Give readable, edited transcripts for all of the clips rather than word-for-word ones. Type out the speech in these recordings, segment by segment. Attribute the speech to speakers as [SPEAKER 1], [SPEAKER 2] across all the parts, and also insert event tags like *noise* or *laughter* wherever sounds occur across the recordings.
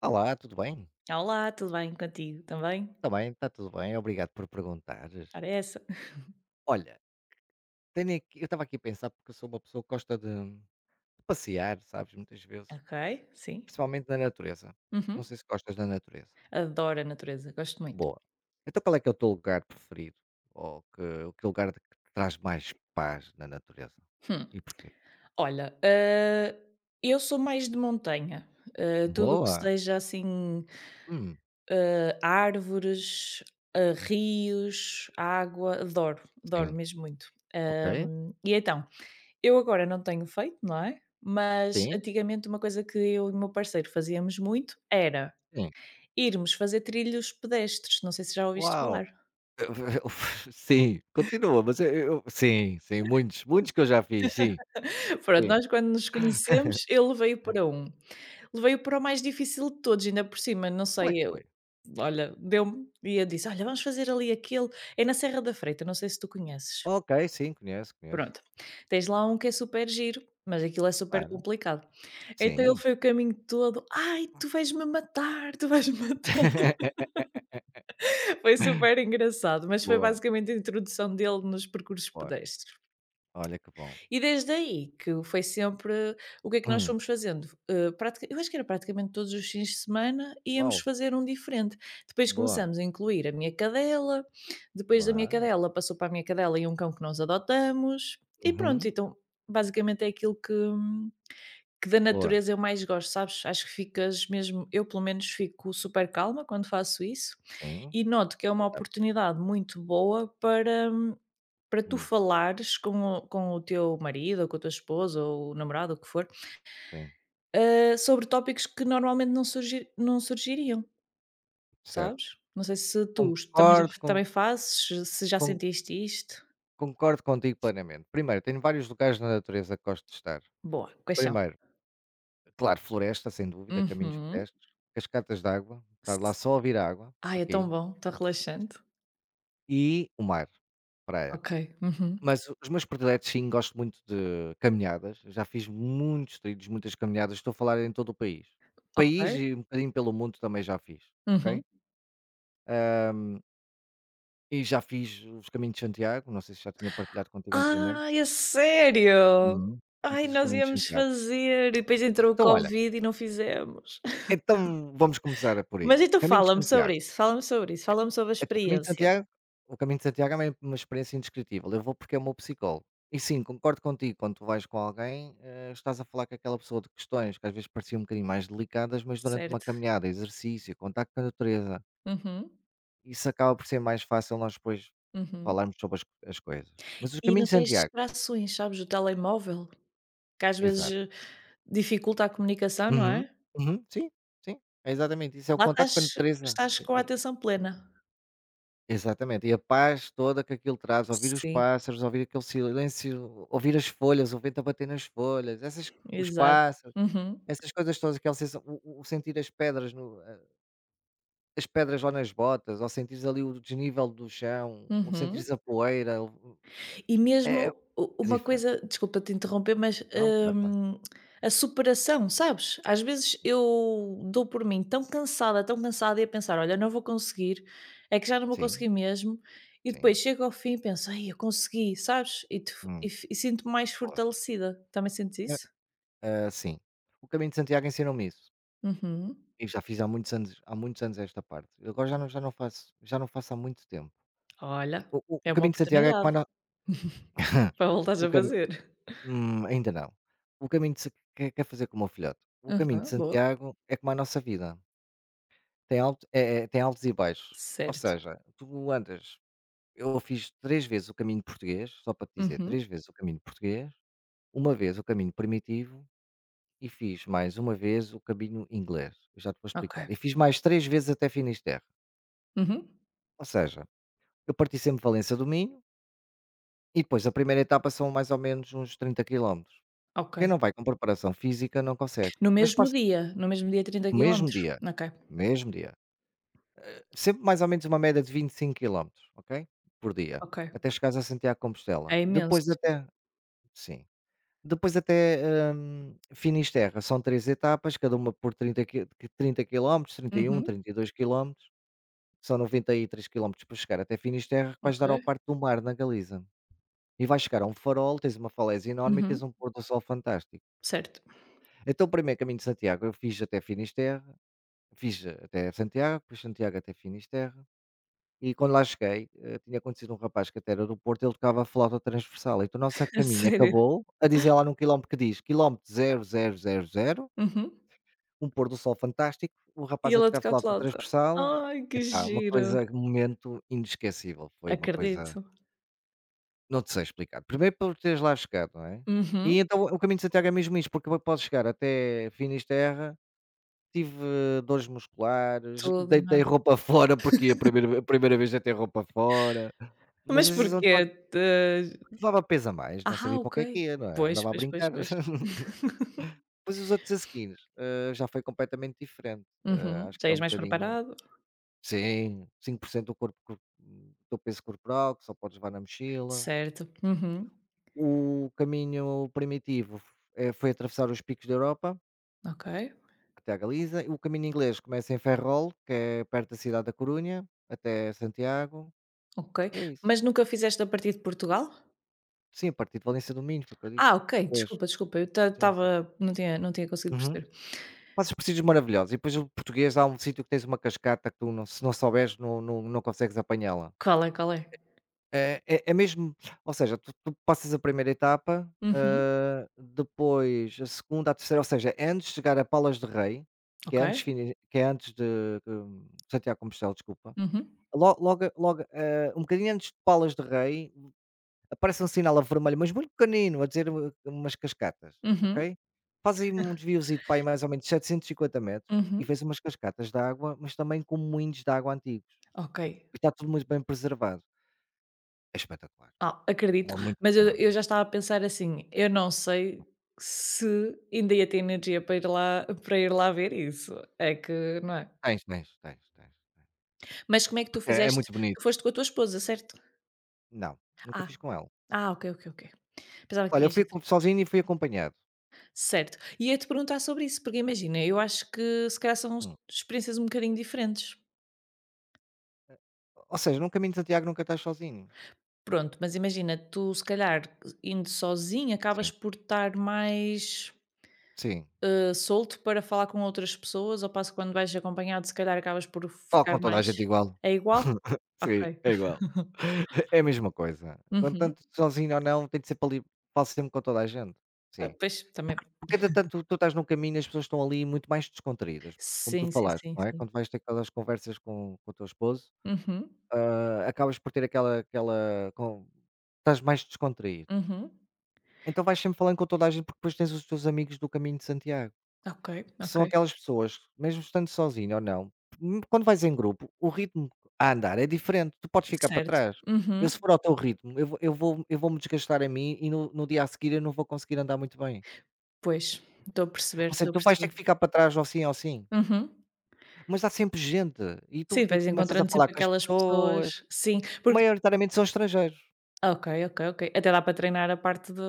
[SPEAKER 1] Olá, tudo bem?
[SPEAKER 2] Olá, tudo bem contigo também?
[SPEAKER 1] Também, está tudo bem, obrigado por perguntares.
[SPEAKER 2] Ora é essa. *laughs*
[SPEAKER 1] Olha, tenho aqui, eu estava aqui a pensar porque eu sou uma pessoa que gosta de passear, sabes, muitas vezes,
[SPEAKER 2] Ok, sim.
[SPEAKER 1] principalmente na natureza. Não
[SPEAKER 2] Uhum.
[SPEAKER 1] sei se gostas da natureza.
[SPEAKER 2] Adoro a natureza, gosto muito.
[SPEAKER 1] Boa. Então qual é que é o teu lugar preferido? Ou que, o que lugar de que te traz mais paz na natureza?
[SPEAKER 2] Hum.
[SPEAKER 1] E porquê?
[SPEAKER 2] Olha, eu sou mais de montanha. Ah, tudo o que
[SPEAKER 1] Boa!
[SPEAKER 2] seja assim,
[SPEAKER 1] Hum,
[SPEAKER 2] árvores, rios, água, adoro, adoro
[SPEAKER 1] sim.
[SPEAKER 2] mesmo muito.
[SPEAKER 1] Ok.
[SPEAKER 2] E então, eu agora não tenho feito, não é? Mas
[SPEAKER 1] Sim,
[SPEAKER 2] antigamente uma coisa que eu e o meu parceiro fazíamos muito era
[SPEAKER 1] sim.
[SPEAKER 2] irmos fazer trilhos pedestres, não sei se já ouviste
[SPEAKER 1] Uau!
[SPEAKER 2] falar.
[SPEAKER 1] *laughs* Sim, continua, mas sim, sim, muitos, muitos que eu já fiz, sim.
[SPEAKER 2] *laughs* Pronto, nós quando nos conhecemos, ele veio para um. Levei-o para o mais difícil de todos, ainda por cima, não
[SPEAKER 1] Qual é
[SPEAKER 2] sei,
[SPEAKER 1] que
[SPEAKER 2] eu
[SPEAKER 1] foi?
[SPEAKER 2] olha, deu-me e eu disse: "Olha, vamos fazer ali aquele, é na Serra da Freita, não sei se tu conheces".
[SPEAKER 1] Ok, sim, conheço, conheço.
[SPEAKER 2] Pronto, tens lá um que é super giro, mas aquilo é super
[SPEAKER 1] Claro,
[SPEAKER 2] complicado. Então ele
[SPEAKER 1] sim.
[SPEAKER 2] foi o caminho todo: "Ai, tu vais-me matar, tu vais-me matar".
[SPEAKER 1] *laughs*
[SPEAKER 2] *laughs* Foi super engraçado, mas foi
[SPEAKER 1] Boa,
[SPEAKER 2] basicamente a introdução dele nos percursos
[SPEAKER 1] boa.
[SPEAKER 2] pedestres.
[SPEAKER 1] Olha que bom.
[SPEAKER 2] E desde aí que foi sempre o que é que nós
[SPEAKER 1] Hum,
[SPEAKER 2] fomos fazendo? Eh, pratica eu acho que era praticamente todos os fins de semana íamos
[SPEAKER 1] uau,
[SPEAKER 2] fazer um diferente. Depois
[SPEAKER 1] boa.
[SPEAKER 2] começamos a incluir a minha cadela, depois da minha
[SPEAKER 1] Boa.
[SPEAKER 2] cadela passou para a minha cadela e um cão que nós adotamos, e pronto,
[SPEAKER 1] Uhum,
[SPEAKER 2] então basicamente é aquilo que da
[SPEAKER 1] boa.
[SPEAKER 2] natureza eu mais gosto, sabes? Acho que ficas mesmo eu pelo menos fico super calma quando faço isso,
[SPEAKER 1] Sim,
[SPEAKER 2] e noto que é uma
[SPEAKER 1] verdade.
[SPEAKER 2] oportunidade muito boa para tu
[SPEAKER 1] Hum,
[SPEAKER 2] falares com o teu marido ou com a tua esposa ou o namorado, ou o que for,
[SPEAKER 1] sim,
[SPEAKER 2] sobre tópicos que normalmente não surgiriam,
[SPEAKER 1] certo.
[SPEAKER 2] sabes? Não sei se tu s também já
[SPEAKER 1] Concordo, com,
[SPEAKER 2] também fazes, se já
[SPEAKER 1] con-
[SPEAKER 2] sentiste isto?
[SPEAKER 1] concordo contigo plenamente. Primeiro, tenho vários lugares na natureza que gosto de estar.
[SPEAKER 2] Boa, quais são?
[SPEAKER 1] Primeiro, claro, floresta, sem dúvida, caminhos
[SPEAKER 2] Uhum.
[SPEAKER 1] pedestres, cascatas de água,
[SPEAKER 2] S
[SPEAKER 1] estar lá só a ouvir a água,
[SPEAKER 2] ai, é tão
[SPEAKER 1] ok?
[SPEAKER 2] bom, tão relaxante.
[SPEAKER 1] E o mar, praia.
[SPEAKER 2] Ok. Uhum.
[SPEAKER 1] Mas os meus prediletos sim, gosto muito de caminhadas, já fiz muitos trilhos, muitas caminhadas, estou a falar em todo o país.
[SPEAKER 2] Ok.
[SPEAKER 1] País e um bocadinho pelo mundo também já fiz, ok?
[SPEAKER 2] Uhum.
[SPEAKER 1] E já fiz os caminhos de Santiago, não sei se já tinha partilhado contigo anteriormente.
[SPEAKER 2] Ai, a sério?
[SPEAKER 1] Hum. Já
[SPEAKER 2] Ai,
[SPEAKER 1] fiz os
[SPEAKER 2] nós
[SPEAKER 1] caminhos de
[SPEAKER 2] íamos
[SPEAKER 1] Santiago.
[SPEAKER 2] fazer e depois entrou o
[SPEAKER 1] Então olha,
[SPEAKER 2] covid e não fizemos.
[SPEAKER 1] então vamos começar por
[SPEAKER 2] Mas
[SPEAKER 1] aí.
[SPEAKER 2] então
[SPEAKER 1] Caminho de
[SPEAKER 2] fala-me
[SPEAKER 1] Santiago.
[SPEAKER 2] sobre isso, fala-me sobre isso, fala-me sobre a
[SPEAKER 1] Então,
[SPEAKER 2] experiência,
[SPEAKER 1] O caminho de Santiago é uma experiência indescritível. Eu vou porque é o meu psicólogo. E sim, concordo contigo, quando tu vais com alguém, estás a falar com aquela pessoa de questões que às vezes pareciam um bocadinho mais delicadas, mas durante uma
[SPEAKER 2] certo?
[SPEAKER 1] caminhada, exercício, contacto com a natureza,
[SPEAKER 2] Uhum,
[SPEAKER 1] isso acaba por ser mais fácil nós depois
[SPEAKER 2] uhum.
[SPEAKER 1] falarmos sobre as coisas. Mas os
[SPEAKER 2] E não
[SPEAKER 1] caminhos de
[SPEAKER 2] tens
[SPEAKER 1] Santiago,
[SPEAKER 2] distrações, sabes, do telemóvel, que às vezes,
[SPEAKER 1] exato.
[SPEAKER 2] dificulta a comunicação, não
[SPEAKER 1] Uhum,
[SPEAKER 2] é?
[SPEAKER 1] uhum, sim, sim, é exatamente isso, é o
[SPEAKER 2] Lá
[SPEAKER 1] contacto
[SPEAKER 2] estás
[SPEAKER 1] com a natureza.
[SPEAKER 2] com a atenção plena.
[SPEAKER 1] Exatamente, e a paz toda que aquilo traz, ouvir os
[SPEAKER 2] Sim.
[SPEAKER 1] pássaros, ouvir aquele silêncio, ouvir as folhas, o vento a bater nas folhas, essas os
[SPEAKER 2] Exato.
[SPEAKER 1] pássaros,
[SPEAKER 2] Uhum,
[SPEAKER 1] essas coisas todas, aquela sensa o sentir as pedras no a as pedras lá nas botas, ou sentires ali o desnível do chão, ou sentires
[SPEAKER 2] uhum.
[SPEAKER 1] a poeira, o
[SPEAKER 2] E
[SPEAKER 1] é é
[SPEAKER 2] mesmo u
[SPEAKER 1] é
[SPEAKER 2] uma
[SPEAKER 1] diferente.
[SPEAKER 2] coisa desculpa-te interromper, mas,
[SPEAKER 1] Não, claro, claro.
[SPEAKER 2] hum, a superação, sabes? Às vezes eu dou por mim tão cansada e a pensar: "Olha, não vou conseguir, é que já não vou
[SPEAKER 1] Sim,
[SPEAKER 2] conseguir mesmo", e depois
[SPEAKER 1] sim.
[SPEAKER 2] chego ao fim e penso: "Ai, eu consegui", sabes? E tu e
[SPEAKER 1] Hum,
[SPEAKER 2] f e sinto-me mais
[SPEAKER 1] boa.
[SPEAKER 2] fortalecida. Também sentes
[SPEAKER 1] É,
[SPEAKER 2] isso?
[SPEAKER 1] sim. O Caminho de Santiago ensinou-me isso,
[SPEAKER 2] Uhum.
[SPEAKER 1] e já fiz há muitos anos esta parte. Eu agora já não faço há muito tempo.
[SPEAKER 2] Olha,
[SPEAKER 1] O o
[SPEAKER 2] é
[SPEAKER 1] o
[SPEAKER 2] uma
[SPEAKER 1] Caminho de Santiago é como
[SPEAKER 2] oportunidade
[SPEAKER 1] a *laughs*
[SPEAKER 2] para voltares
[SPEAKER 1] O
[SPEAKER 2] a
[SPEAKER 1] cami
[SPEAKER 2] fazer.
[SPEAKER 1] ainda não. O caminho de se que quer fazer com o meu filhote. O caminho de
[SPEAKER 2] Aham, boa.
[SPEAKER 1] Santiago é como a nossa vida, tem altos e baixos. Ou
[SPEAKER 2] Certo.
[SPEAKER 1] seja, tu andas eu fiz 3 vezes o caminho português, só para te dizer.
[SPEAKER 2] Uhum.
[SPEAKER 1] 3 vezes o caminho português, uma vez o caminho primitivo e fiz mais uma vez o caminho inglês, eu já te vou
[SPEAKER 2] Ok.
[SPEAKER 1] explicar. E fiz mais 3 vezes até Finisterre.
[SPEAKER 2] Uhum.
[SPEAKER 1] Ou seja, eu parti sempre de Valença do Minho e depois a primeira etapa são mais ou menos uns 30 quilómetros.
[SPEAKER 2] Ok.
[SPEAKER 1] Quem não vai com preparação física não consegue,
[SPEAKER 2] No
[SPEAKER 1] mas
[SPEAKER 2] mesmo
[SPEAKER 1] passas
[SPEAKER 2] dia? No mesmo dia 30
[SPEAKER 1] no mesmo
[SPEAKER 2] quilómetros.
[SPEAKER 1] dia,
[SPEAKER 2] Ok,
[SPEAKER 1] no mesmo dia, sempre mais ou menos uma média de 25 quilómetros, ok, por dia,
[SPEAKER 2] ok.
[SPEAKER 1] até chegares a Santiago de Compostela.
[SPEAKER 2] É imenso.
[SPEAKER 1] Depois até sim, depois até, Finisterra, são 3 etapas, cada uma por trinta quilómetros, trinta e um,
[SPEAKER 2] Uhum,
[SPEAKER 1] 32 quilómetros. São 93 quilómetros para chegar até Finisterra, que vais dar ao
[SPEAKER 2] ok.
[SPEAKER 1] Parque do Mar, na Galiza. E vais chegar a um farol, tens uma falésia enorme e tens
[SPEAKER 2] Uhum,
[SPEAKER 1] um pôr do sol fantástico.
[SPEAKER 2] certo.
[SPEAKER 1] Então o primeiro caminho de Santiago eu fiz até Finisterra. Fiz até Santiago, depois Santiago até Finisterre e quando lá cheguei, tinha acontecido um rapaz que até era do Porto, ele tocava a flauta transversal, então o nosso
[SPEAKER 2] *laughs* A
[SPEAKER 1] caminho
[SPEAKER 2] sério?
[SPEAKER 1] acabou a dizer lá num quilómetro que diz: "Quilómetro zero zero zero zero
[SPEAKER 2] Uhum.
[SPEAKER 1] um pôr do sol fantástico", o
[SPEAKER 2] E
[SPEAKER 1] rapaz a
[SPEAKER 2] ele a
[SPEAKER 1] tocar
[SPEAKER 2] tocar
[SPEAKER 1] flauta
[SPEAKER 2] flauta?
[SPEAKER 1] transversal,
[SPEAKER 2] Ai, que
[SPEAKER 1] epá, uma
[SPEAKER 2] giro.
[SPEAKER 1] coisa um momento inesquecível, foi uma
[SPEAKER 2] Acredito.
[SPEAKER 1] coisa não te sei explicar. Primeiro por teres lá chegado, não é,
[SPEAKER 2] Uhum.
[SPEAKER 1] e então o caminho de Santiago é mesmo isto, porque podes chegar até Finisterre. Tive dores musculares, *laughs*
[SPEAKER 2] Tudo, não
[SPEAKER 1] deitei
[SPEAKER 2] é?
[SPEAKER 1] roupa fora, porque a primeira vez deitei roupa fora, mas a
[SPEAKER 2] Mas
[SPEAKER 1] sensação de
[SPEAKER 2] porquê?
[SPEAKER 1] facto
[SPEAKER 2] Te
[SPEAKER 1] que levava peso a mais, não
[SPEAKER 2] ah,
[SPEAKER 1] sabia para o
[SPEAKER 2] ok.
[SPEAKER 1] que é que ia, não é?
[SPEAKER 2] Pois,
[SPEAKER 1] Andava a
[SPEAKER 2] pois, pois,
[SPEAKER 1] brincar.
[SPEAKER 2] pois.
[SPEAKER 1] *laughs* Depois os outros a seguir, já foi completamente diferente,
[SPEAKER 2] Uhum.
[SPEAKER 1] acho
[SPEAKER 2] Já
[SPEAKER 1] que é um
[SPEAKER 2] ias mais
[SPEAKER 1] bocadinho
[SPEAKER 2] preparado.
[SPEAKER 1] sim, 5% do peso corporal que só podes levar na mochila.
[SPEAKER 2] Certo. Uhum.
[SPEAKER 1] O caminho primitivo foi atravessar os picos da Europa
[SPEAKER 2] Ok,
[SPEAKER 1] até a Galiza, o caminho inglês começa em Ferrol, que é perto da cidade da Corunha, até Santiago.
[SPEAKER 2] ok.
[SPEAKER 1] É isso.
[SPEAKER 2] Mas nunca fizeste a partir de Portugal?
[SPEAKER 1] Sim, a partir de Valência do Minho, foi o que eu
[SPEAKER 2] Ah,
[SPEAKER 1] disse, os
[SPEAKER 2] ok,
[SPEAKER 1] 3.
[SPEAKER 2] desculpa, desculpa, eu
[SPEAKER 1] Sim, sim.
[SPEAKER 2] estava não tinha não tinha conseguido
[SPEAKER 1] Uhum.
[SPEAKER 2] perceber.
[SPEAKER 1] Fazes presídios maravilhosos e depois o português há um sítio que tens uma cascata que tu se não souberes não consegues apanhá-la.
[SPEAKER 2] Qual é, qual é?
[SPEAKER 1] Mesmo ou seja, tu passas a primeira etapa,
[SPEAKER 2] Uhum,
[SPEAKER 1] depois a segunda, a terceira. Ou seja, é antes de chegar a Palas de Rei, que
[SPEAKER 2] ok.
[SPEAKER 1] é antes fini que é antes de, Santiago de Compostela, desculpa.
[SPEAKER 2] Uhum,
[SPEAKER 1] Lo logo logo, um bocadinho antes de Palas de Rei aparece um sinal a vermelho, mas muito pequenino, a dizer u umas cascatas,
[SPEAKER 2] uhum,
[SPEAKER 1] ok? Faz aí um desviozito para aí mais ou menos 750 metros e
[SPEAKER 2] uhum,
[SPEAKER 1] fez umas cascatas de água, mas também com moinhos de água antigos.
[SPEAKER 2] ok.
[SPEAKER 1] E está tudo muito bem preservado. É espetacular,
[SPEAKER 2] Ah, acredito,
[SPEAKER 1] vale muito a
[SPEAKER 2] mas eu
[SPEAKER 1] pena.
[SPEAKER 2] eu já estava a pensar assim: "Eu não sei se ainda ia ter energia para ir lá ver isso", é que não é?
[SPEAKER 1] Tens, tens, tens, tens, tens.
[SPEAKER 2] Mas como é que tu
[SPEAKER 1] Porque é
[SPEAKER 2] fizeste?
[SPEAKER 1] muito
[SPEAKER 2] Tu
[SPEAKER 1] bonito.
[SPEAKER 2] foste com a tua esposa, certo?
[SPEAKER 1] Não, nunca
[SPEAKER 2] Ah,
[SPEAKER 1] fiz com ela.
[SPEAKER 2] ah, ok, ok, ok. Pensava que
[SPEAKER 1] Olha, eu
[SPEAKER 2] tinhas
[SPEAKER 1] fui
[SPEAKER 2] ido.
[SPEAKER 1] com sozinho e fui acompanhado.
[SPEAKER 2] Certo, e ia-te perguntar sobre isso, porque imagina, eu acho que se calhar são es
[SPEAKER 1] Hum.
[SPEAKER 2] experiências um bocadinho diferentes.
[SPEAKER 1] Ou seja, num caminho de Santiago nunca estás sozinho.
[SPEAKER 2] Pronto, mas imagina, tu se calhar indo sozinho acabas
[SPEAKER 1] Sim,
[SPEAKER 2] por estar mais
[SPEAKER 1] sim.
[SPEAKER 2] solto para falar com outras pessoas, ao passo que quando vais acompanhado, se calhar acabas por
[SPEAKER 1] Falo
[SPEAKER 2] ficar
[SPEAKER 1] com toda a gente
[SPEAKER 2] mais
[SPEAKER 1] igual.
[SPEAKER 2] é igual?
[SPEAKER 1] *laughs* Sim,
[SPEAKER 2] Ok.
[SPEAKER 1] é igual. *laughs* É a mesma coisa.
[SPEAKER 2] Uhum.
[SPEAKER 1] Contanto sozinho ou não, tem de ser para ali falo sempre com toda a gente.
[SPEAKER 2] Ah,
[SPEAKER 1] Sim.
[SPEAKER 2] pois, também
[SPEAKER 1] Porque entretanto tu estás num caminho e as pessoas estão ali muito mais descontraídas, como tu
[SPEAKER 2] sim, sim,
[SPEAKER 1] falaste,
[SPEAKER 2] sim,
[SPEAKER 1] não é?
[SPEAKER 2] sim.
[SPEAKER 1] Quando vais ter aquelas conversas com o teu esposo,
[SPEAKER 2] Uhum,
[SPEAKER 1] acabas por ter aquela aquela com estás mais descontraído.
[SPEAKER 2] uhum.
[SPEAKER 1] Então vais sempre falando com toda a gente, porque depois tens os teus amigos do caminho de Santiago.
[SPEAKER 2] Ok, ok.
[SPEAKER 1] São aquelas pessoas, mesmo estando sozinho ou não, quando vais em grupo, o ritmo a andar é diferente, tu podes ficar para
[SPEAKER 2] Certo.
[SPEAKER 1] trás. Eu
[SPEAKER 2] Uhum.
[SPEAKER 1] se for ao teu ritmo, eu vou-me desgastar a mim e no dia a seguir eu não vou conseguir andar muito bem.
[SPEAKER 2] Pois, estou a perceber,
[SPEAKER 1] Ou
[SPEAKER 2] estou
[SPEAKER 1] seja,
[SPEAKER 2] a
[SPEAKER 1] tu vais ter
[SPEAKER 2] perceber.
[SPEAKER 1] que ficar para trás ou sim,
[SPEAKER 2] Uhum.
[SPEAKER 1] mas há sempre gente e tu
[SPEAKER 2] Sim,
[SPEAKER 1] e
[SPEAKER 2] vais
[SPEAKER 1] começas a
[SPEAKER 2] encontrando
[SPEAKER 1] falar
[SPEAKER 2] sempre
[SPEAKER 1] com as
[SPEAKER 2] aquelas
[SPEAKER 1] pessoas,
[SPEAKER 2] pessoas sim, porque
[SPEAKER 1] maioritariamente são estrangeiros,
[SPEAKER 2] ok, ok, ok. Até dá para treinar a parte de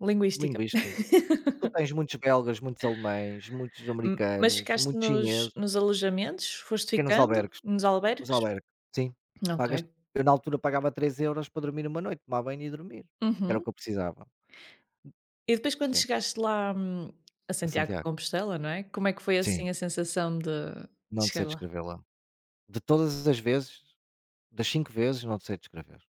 [SPEAKER 2] linguística.
[SPEAKER 1] linguista. Tu
[SPEAKER 2] *laughs*
[SPEAKER 1] tens muitos belgas, muitos alemães, muitos
[SPEAKER 2] M mas
[SPEAKER 1] americanos,
[SPEAKER 2] ficaste
[SPEAKER 1] muitos
[SPEAKER 2] nos
[SPEAKER 1] chineses,
[SPEAKER 2] nos alojamentos? Foste
[SPEAKER 1] pequenos
[SPEAKER 2] ficando
[SPEAKER 1] albergues.
[SPEAKER 2] nos
[SPEAKER 1] Os
[SPEAKER 2] albergues?
[SPEAKER 1] albergues, sim.
[SPEAKER 2] Ok.
[SPEAKER 1] Pagas eu na altura pagava 3 euros para dormir uma noite, tomar banho e dormir. Que era o
[SPEAKER 2] Uhum.
[SPEAKER 1] que eu precisava.
[SPEAKER 2] E depois quando
[SPEAKER 1] Sim,
[SPEAKER 2] chegaste lá, a
[SPEAKER 1] a
[SPEAKER 2] Santiago de
[SPEAKER 1] Santiago.
[SPEAKER 2] Compostela, não é, como é que foi, assim,
[SPEAKER 1] Sim,
[SPEAKER 2] a sensação de
[SPEAKER 1] não te
[SPEAKER 2] chegar
[SPEAKER 1] sei
[SPEAKER 2] lá?
[SPEAKER 1] descrever lá. De todas as vezes, das 5 vezes, não te sei descrever.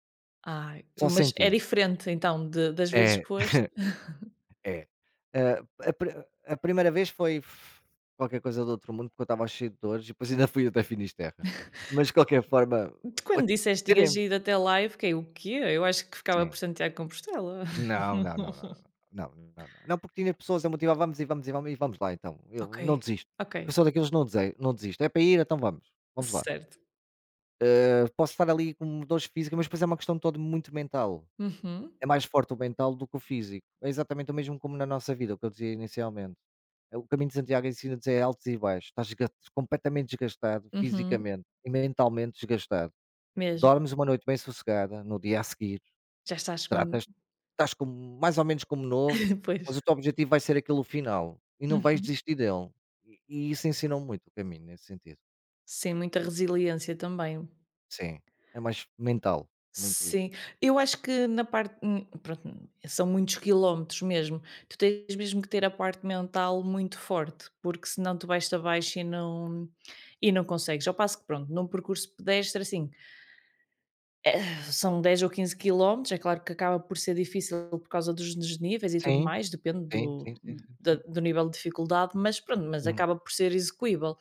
[SPEAKER 2] Ah,
[SPEAKER 1] Só
[SPEAKER 2] mas é
[SPEAKER 1] sentindo.
[SPEAKER 2] diferente então de das vezes
[SPEAKER 1] É,
[SPEAKER 2] que foste? *laughs*
[SPEAKER 1] é. Ah, a pri a primeira vez foi qualquer coisa do outro mundo, porque eu estava cheio de dores e depois ainda fui até Finisterra. Mas de qualquer forma,
[SPEAKER 2] De
[SPEAKER 1] o
[SPEAKER 2] quando disseste que tinhas
[SPEAKER 1] terem
[SPEAKER 2] ido até lá, eu fiquei: "O quê? Eu acho que ficava por
[SPEAKER 1] sim.
[SPEAKER 2] Santiago de Compostela".
[SPEAKER 1] Não, não, não, não,
[SPEAKER 2] *laughs*
[SPEAKER 1] não, não, não. Não, porque tinha pessoas a motivar, vamos e vamos e vamos e vamos lá então.
[SPEAKER 2] Ok,
[SPEAKER 1] Eu não desisto.
[SPEAKER 2] ok,
[SPEAKER 1] Porque eu sou daqueles que não, não desisto. É para ir, então vamos. Vamos lá.
[SPEAKER 2] certo.
[SPEAKER 1] Posso estar ali com dores físicas, mas depois é uma questão toda muito mental.
[SPEAKER 2] Uhum,
[SPEAKER 1] É mais forte o mental do que o físico. É exatamente o mesmo como na nossa vida, o que eu dizia inicialmente. O caminho de Santiago ensina-nos é altos e baixos. Completamente desgastado
[SPEAKER 2] uhum,
[SPEAKER 1] fisicamente e mentalmente desgastado.
[SPEAKER 2] mesmo.
[SPEAKER 1] Dormes uma noite bem sossegada, no dia a seguir,
[SPEAKER 2] Já estás com
[SPEAKER 1] tratas estás como mais ou menos como novo,
[SPEAKER 2] *laughs* pois,
[SPEAKER 1] mas o teu objetivo vai ser aquele final e não vais
[SPEAKER 2] uhum.
[SPEAKER 1] desistir dele. E isso ensinou muito o caminho nesse sentido.
[SPEAKER 2] Sim, muita resiliência também.
[SPEAKER 1] Sim, é mais mental, muito
[SPEAKER 2] Sim,
[SPEAKER 1] isso.
[SPEAKER 2] eu acho que na parte pronto, são muitos quilómetros mesmo. Tu tens mesmo que ter a parte mental muito forte, porque senão tu vais-te abaixo e não consegues. Ao passo que pronto, num percurso pedestre assim, eh, são 10 ou 15 quilómetros, é claro que acaba por ser difícil por causa dos desníveis e tudo
[SPEAKER 1] Sim,
[SPEAKER 2] mais, depende
[SPEAKER 1] sim, sim,
[SPEAKER 2] do
[SPEAKER 1] sim, sim,
[SPEAKER 2] da-
[SPEAKER 1] sim.
[SPEAKER 2] do nível de dificuldade, mas pronto, mas
[SPEAKER 1] Hum,
[SPEAKER 2] acaba por ser execuível.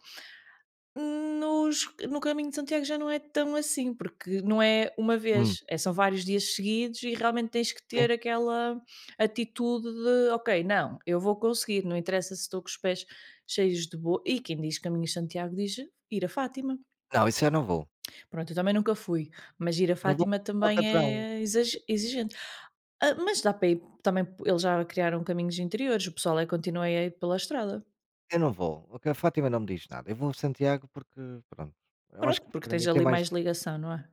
[SPEAKER 2] Nos no Caminho de Santiago já não é tão assim, porque não é uma
[SPEAKER 1] hum,
[SPEAKER 2] vez, são vários dias seguidos e realmente tens que
[SPEAKER 1] sim.
[SPEAKER 2] ter aquela atitude de: "Ok, não, eu vou conseguir, não interessa se estou com os pés cheios de bo" e quem diz Caminho de Santiago diz ir a Fátima.
[SPEAKER 1] Não, isso eu não vou.
[SPEAKER 2] Pronto, eu também nunca fui, mas ir a
[SPEAKER 1] Não vou
[SPEAKER 2] Fátima
[SPEAKER 1] ao
[SPEAKER 2] também
[SPEAKER 1] Alcatrão,
[SPEAKER 2] é exage exigente. Ah, mas dá para ir também eles já criaram caminhos interiores, o pessoal continua a ir pela estrada.
[SPEAKER 1] eu não vou. O que a Fátima não me diz nada. Eu vou a Santiago porque, pronto, eu acho
[SPEAKER 2] Pronto,
[SPEAKER 1] que
[SPEAKER 2] porque
[SPEAKER 1] para
[SPEAKER 2] tens
[SPEAKER 1] mim tem
[SPEAKER 2] ali
[SPEAKER 1] mais
[SPEAKER 2] mais ligação, não é?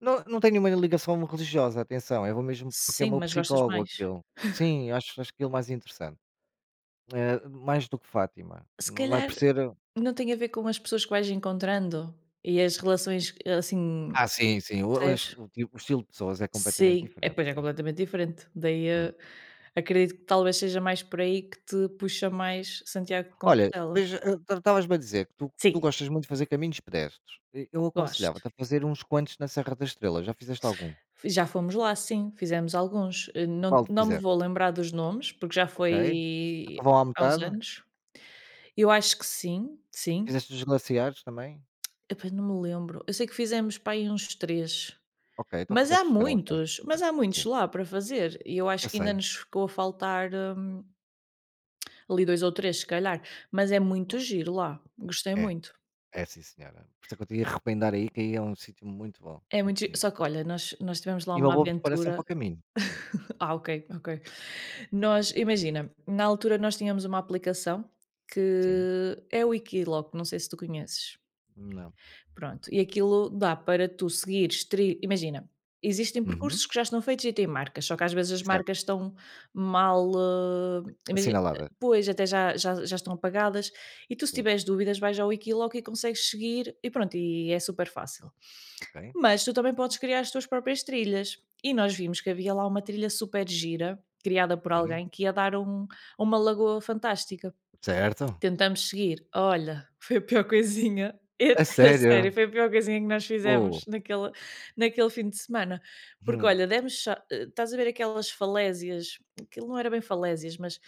[SPEAKER 1] não, não tenho nenhuma ligação religiosa, atenção, eu vou mesmo porque é o
[SPEAKER 2] Sim,
[SPEAKER 1] meu
[SPEAKER 2] mas gostas
[SPEAKER 1] psicólogo
[SPEAKER 2] mais.
[SPEAKER 1] aquilo. Sim, acho acho aquilo mais interessante. Mais do que Fátima,
[SPEAKER 2] Se
[SPEAKER 1] não é por
[SPEAKER 2] calhar
[SPEAKER 1] ser
[SPEAKER 2] não tem a ver com as pessoas que vais encontrando e as relações, assim,
[SPEAKER 1] ah, sim, sim,
[SPEAKER 2] percebes?
[SPEAKER 1] o estilo de pessoas é completamente
[SPEAKER 2] Sim, é,
[SPEAKER 1] diferente,
[SPEAKER 2] pois é
[SPEAKER 1] sim.
[SPEAKER 2] completamente diferente. Daí,
[SPEAKER 1] Hum.
[SPEAKER 2] acredito que talvez seja mais por aí que te puxa mais Santiago de
[SPEAKER 1] Olha,
[SPEAKER 2] Compostela.
[SPEAKER 1] mas, estavas-me a dizer que tu
[SPEAKER 2] Sim,
[SPEAKER 1] tu gostas muito de fazer caminhos pedestres, e eu
[SPEAKER 2] gosto.
[SPEAKER 1] aconselhava-te a fazer uns quantos na Serra da Estrela, já fizeste algum?
[SPEAKER 2] Já fomos lá, sim, fizemos alguns. Eh, não
[SPEAKER 1] Qual
[SPEAKER 2] não me
[SPEAKER 1] fizeste?
[SPEAKER 2] vou lembrar dos nomes, porque já
[SPEAKER 1] Ok. Então
[SPEAKER 2] foi
[SPEAKER 1] vão à
[SPEAKER 2] há uns
[SPEAKER 1] metade?
[SPEAKER 2] anos. Eu acho que sim, sim.
[SPEAKER 1] Fizeste os glaciares também?
[SPEAKER 2] Epá, não me lembro. Eu sei que fizemos para aí uns 3.
[SPEAKER 1] Ok, então
[SPEAKER 2] Mas há
[SPEAKER 1] fizeste se calhar os mais
[SPEAKER 2] muitos, mas
[SPEAKER 1] importantes,
[SPEAKER 2] há muitos
[SPEAKER 1] sim.
[SPEAKER 2] lá para fazer e eu
[SPEAKER 1] Eu
[SPEAKER 2] acho que ainda
[SPEAKER 1] sei,
[SPEAKER 2] nos ficou a faltar, ali 2 ou 3 se calhar, mas é muito
[SPEAKER 1] boa.
[SPEAKER 2] giro lá, gostei
[SPEAKER 1] É,
[SPEAKER 2] muito.
[SPEAKER 1] é sim senhora. Por isso é que eu te ia recomendar aí, que aí é um sítio muito bom,
[SPEAKER 2] É
[SPEAKER 1] muito
[SPEAKER 2] muito gi
[SPEAKER 1] bonito.
[SPEAKER 2] só que olha, nós tivemos lá
[SPEAKER 1] E uma
[SPEAKER 2] uma
[SPEAKER 1] boa preparação para
[SPEAKER 2] aventura
[SPEAKER 1] o caminho. Sim,
[SPEAKER 2] *laughs* ah, ok, ok. Nós imagina, na altura nós tínhamos uma aplicação que
[SPEAKER 1] sim.
[SPEAKER 2] é o Equiloc, não sei se tu conheces.
[SPEAKER 1] Não.
[SPEAKER 2] Pronto, e aquilo dá para tu seguires tri imagina, existem
[SPEAKER 1] Uhum.
[SPEAKER 2] percursos que já estão feitos e têm marcas, só que às vezes as marcas
[SPEAKER 1] Certo.
[SPEAKER 2] estão mal,
[SPEAKER 1] Assinalada.
[SPEAKER 2] pois, até já estão apagadas e tu se
[SPEAKER 1] Sim.
[SPEAKER 2] tiveres dúvidas vais ao Wikiloc e consegues seguir e pronto, e é super fácil.
[SPEAKER 1] Ok.
[SPEAKER 2] Mas tu também podes criar as tuas próprias trilhas e nós vimos que havia lá uma trilha super gira, criada por
[SPEAKER 1] Sim.
[SPEAKER 2] alguém que ia dar uma lagoa fantástica.
[SPEAKER 1] Certo.
[SPEAKER 2] Tentamos seguir. Olha, *laughs* foi a pior coisinha. É
[SPEAKER 1] A
[SPEAKER 2] *laughs* a sério,
[SPEAKER 1] sério?
[SPEAKER 2] foi a pior coisinha que nós fizemos
[SPEAKER 1] Oh.
[SPEAKER 2] naquele fim de semana. Porque,
[SPEAKER 1] Hum.
[SPEAKER 2] olha, Estás a ver aquelas falésias? Aquilo não era bem falésias, mas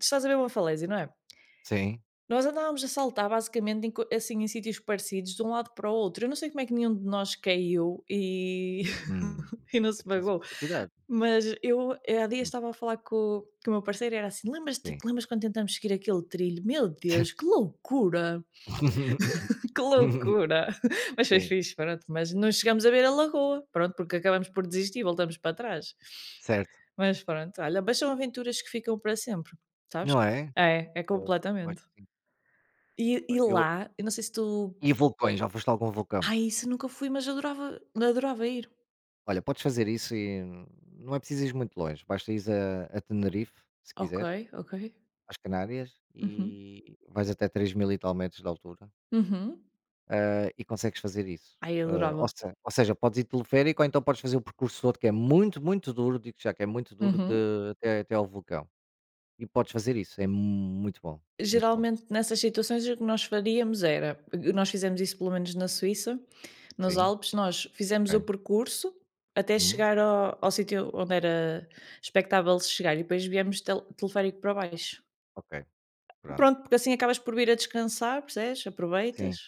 [SPEAKER 2] estás a ver uma falésia, não é?
[SPEAKER 1] Sim.
[SPEAKER 2] Nós andávamos a saltar basicamente em co assim, em sítios parecidos de um lado para o outro. Eu não sei como é que nenhum de nós caiu e
[SPEAKER 1] Hum.
[SPEAKER 2] *laughs* e não
[SPEAKER 1] É
[SPEAKER 2] se
[SPEAKER 1] preciso
[SPEAKER 2] magoou,
[SPEAKER 1] ter cuidado.
[SPEAKER 2] mas eu há dias
[SPEAKER 1] Hum.
[SPEAKER 2] estava a falar com o meu parceiro e era assim: "Lembras-te
[SPEAKER 1] Sim.
[SPEAKER 2] lembras quando tentamos seguir aquele trilho? Meu Deus, que loucura,
[SPEAKER 1] *laughs*
[SPEAKER 2] *laughs* que loucura!" *laughs* Mas foi
[SPEAKER 1] Sim.
[SPEAKER 2] fixe, pronto, mas não chegamos a ver a lagoa, pronto, porque acabamos por desistir e voltamos para trás.
[SPEAKER 1] Certo.
[SPEAKER 2] Mas pronto, olha, mas são aventuras que ficam para sempre, sabes?
[SPEAKER 1] Não é?
[SPEAKER 2] É, é
[SPEAKER 1] Pois, eu acho
[SPEAKER 2] completamente.
[SPEAKER 1] que sim.
[SPEAKER 2] E
[SPEAKER 1] Eu
[SPEAKER 2] lá, eu não sei se tu.
[SPEAKER 1] e vulcões? Já foste a algum vulcão?
[SPEAKER 2] Ai, isso nunca fui, mas adorava adorava ir.
[SPEAKER 1] Olha, podes fazer isso e não é preciso ir muito longe. Basta ir a Tenerife, se
[SPEAKER 2] Ok,
[SPEAKER 1] quiseres,
[SPEAKER 2] ok.
[SPEAKER 1] às Canárias,
[SPEAKER 2] Uhum,
[SPEAKER 1] e vais até 3000 e tal metros de altura.
[SPEAKER 2] uhum.
[SPEAKER 1] E consegues fazer isso.
[SPEAKER 2] Ai,
[SPEAKER 1] Eh, ou
[SPEAKER 2] adorava.
[SPEAKER 1] se ou seja, podes ir de teleférico ou então podes fazer o percurso todo que é muito, muito duro, digo já que é muito duro
[SPEAKER 2] Uhum.
[SPEAKER 1] de até ao vulcão. E podes fazer isso, muito bom, muito bom.
[SPEAKER 2] Geralmente nessas situações o que nós faríamos era nós fizemos isso pelo menos na Suíça, nos
[SPEAKER 1] Sim,
[SPEAKER 2] Alpes, nós fizemos o
[SPEAKER 1] ok.
[SPEAKER 2] percurso até
[SPEAKER 1] Uhum,
[SPEAKER 2] chegar ao sítio onde era expectável chegar e depois viemos teleférico para baixo.
[SPEAKER 1] ok, pronto.
[SPEAKER 2] Pronto, porque assim acabas por vir a descansar, percebes? Aproveitas.
[SPEAKER 1] Sim,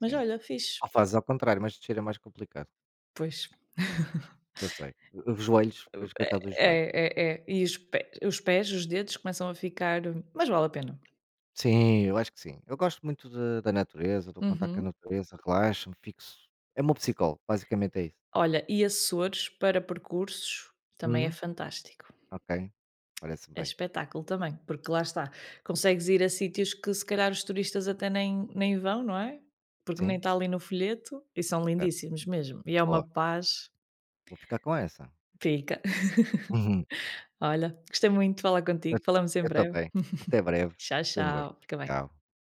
[SPEAKER 2] Mas olha, fixe.
[SPEAKER 1] Ou fazes ao contrário, mas descer é mais complicado,
[SPEAKER 2] Pois. *laughs*
[SPEAKER 1] eu sei. Os joelhos, pois coitado dos joelhos.
[SPEAKER 2] É, é, é. E os pés, os dedos começam a ficar mas vale a pena.
[SPEAKER 1] Sim, eu acho que sim. Eu gosto muito da natureza, do contato com a
[SPEAKER 2] Uhum.
[SPEAKER 1] natureza, relaxo-me, fixo. É o meu psicólogo, basicamente é isso.
[SPEAKER 2] Olha, e Açores para percursos também é
[SPEAKER 1] Uhum,
[SPEAKER 2] fantástico.
[SPEAKER 1] ok, parece
[SPEAKER 2] É
[SPEAKER 1] bem.
[SPEAKER 2] espetáculo também, porque lá está, consegues ir a sítios que se calhar os turistas até nem vão, não é? Porque nem
[SPEAKER 1] Sim,
[SPEAKER 2] está ali no folheto e são
[SPEAKER 1] certo.
[SPEAKER 2] lindíssimos mesmo. E é uma
[SPEAKER 1] Boa.
[SPEAKER 2] paz,
[SPEAKER 1] Vou ficar com essa.
[SPEAKER 2] fica. *laughs*
[SPEAKER 1] Uhum.
[SPEAKER 2] Olha, gostei muito de falar
[SPEAKER 1] Eu
[SPEAKER 2] contigo, falamos em
[SPEAKER 1] eu
[SPEAKER 2] breve.
[SPEAKER 1] também. Até breve.
[SPEAKER 2] Tchau,
[SPEAKER 1] Foi um gosto.
[SPEAKER 2] tchau, fica bem.
[SPEAKER 1] Tchau.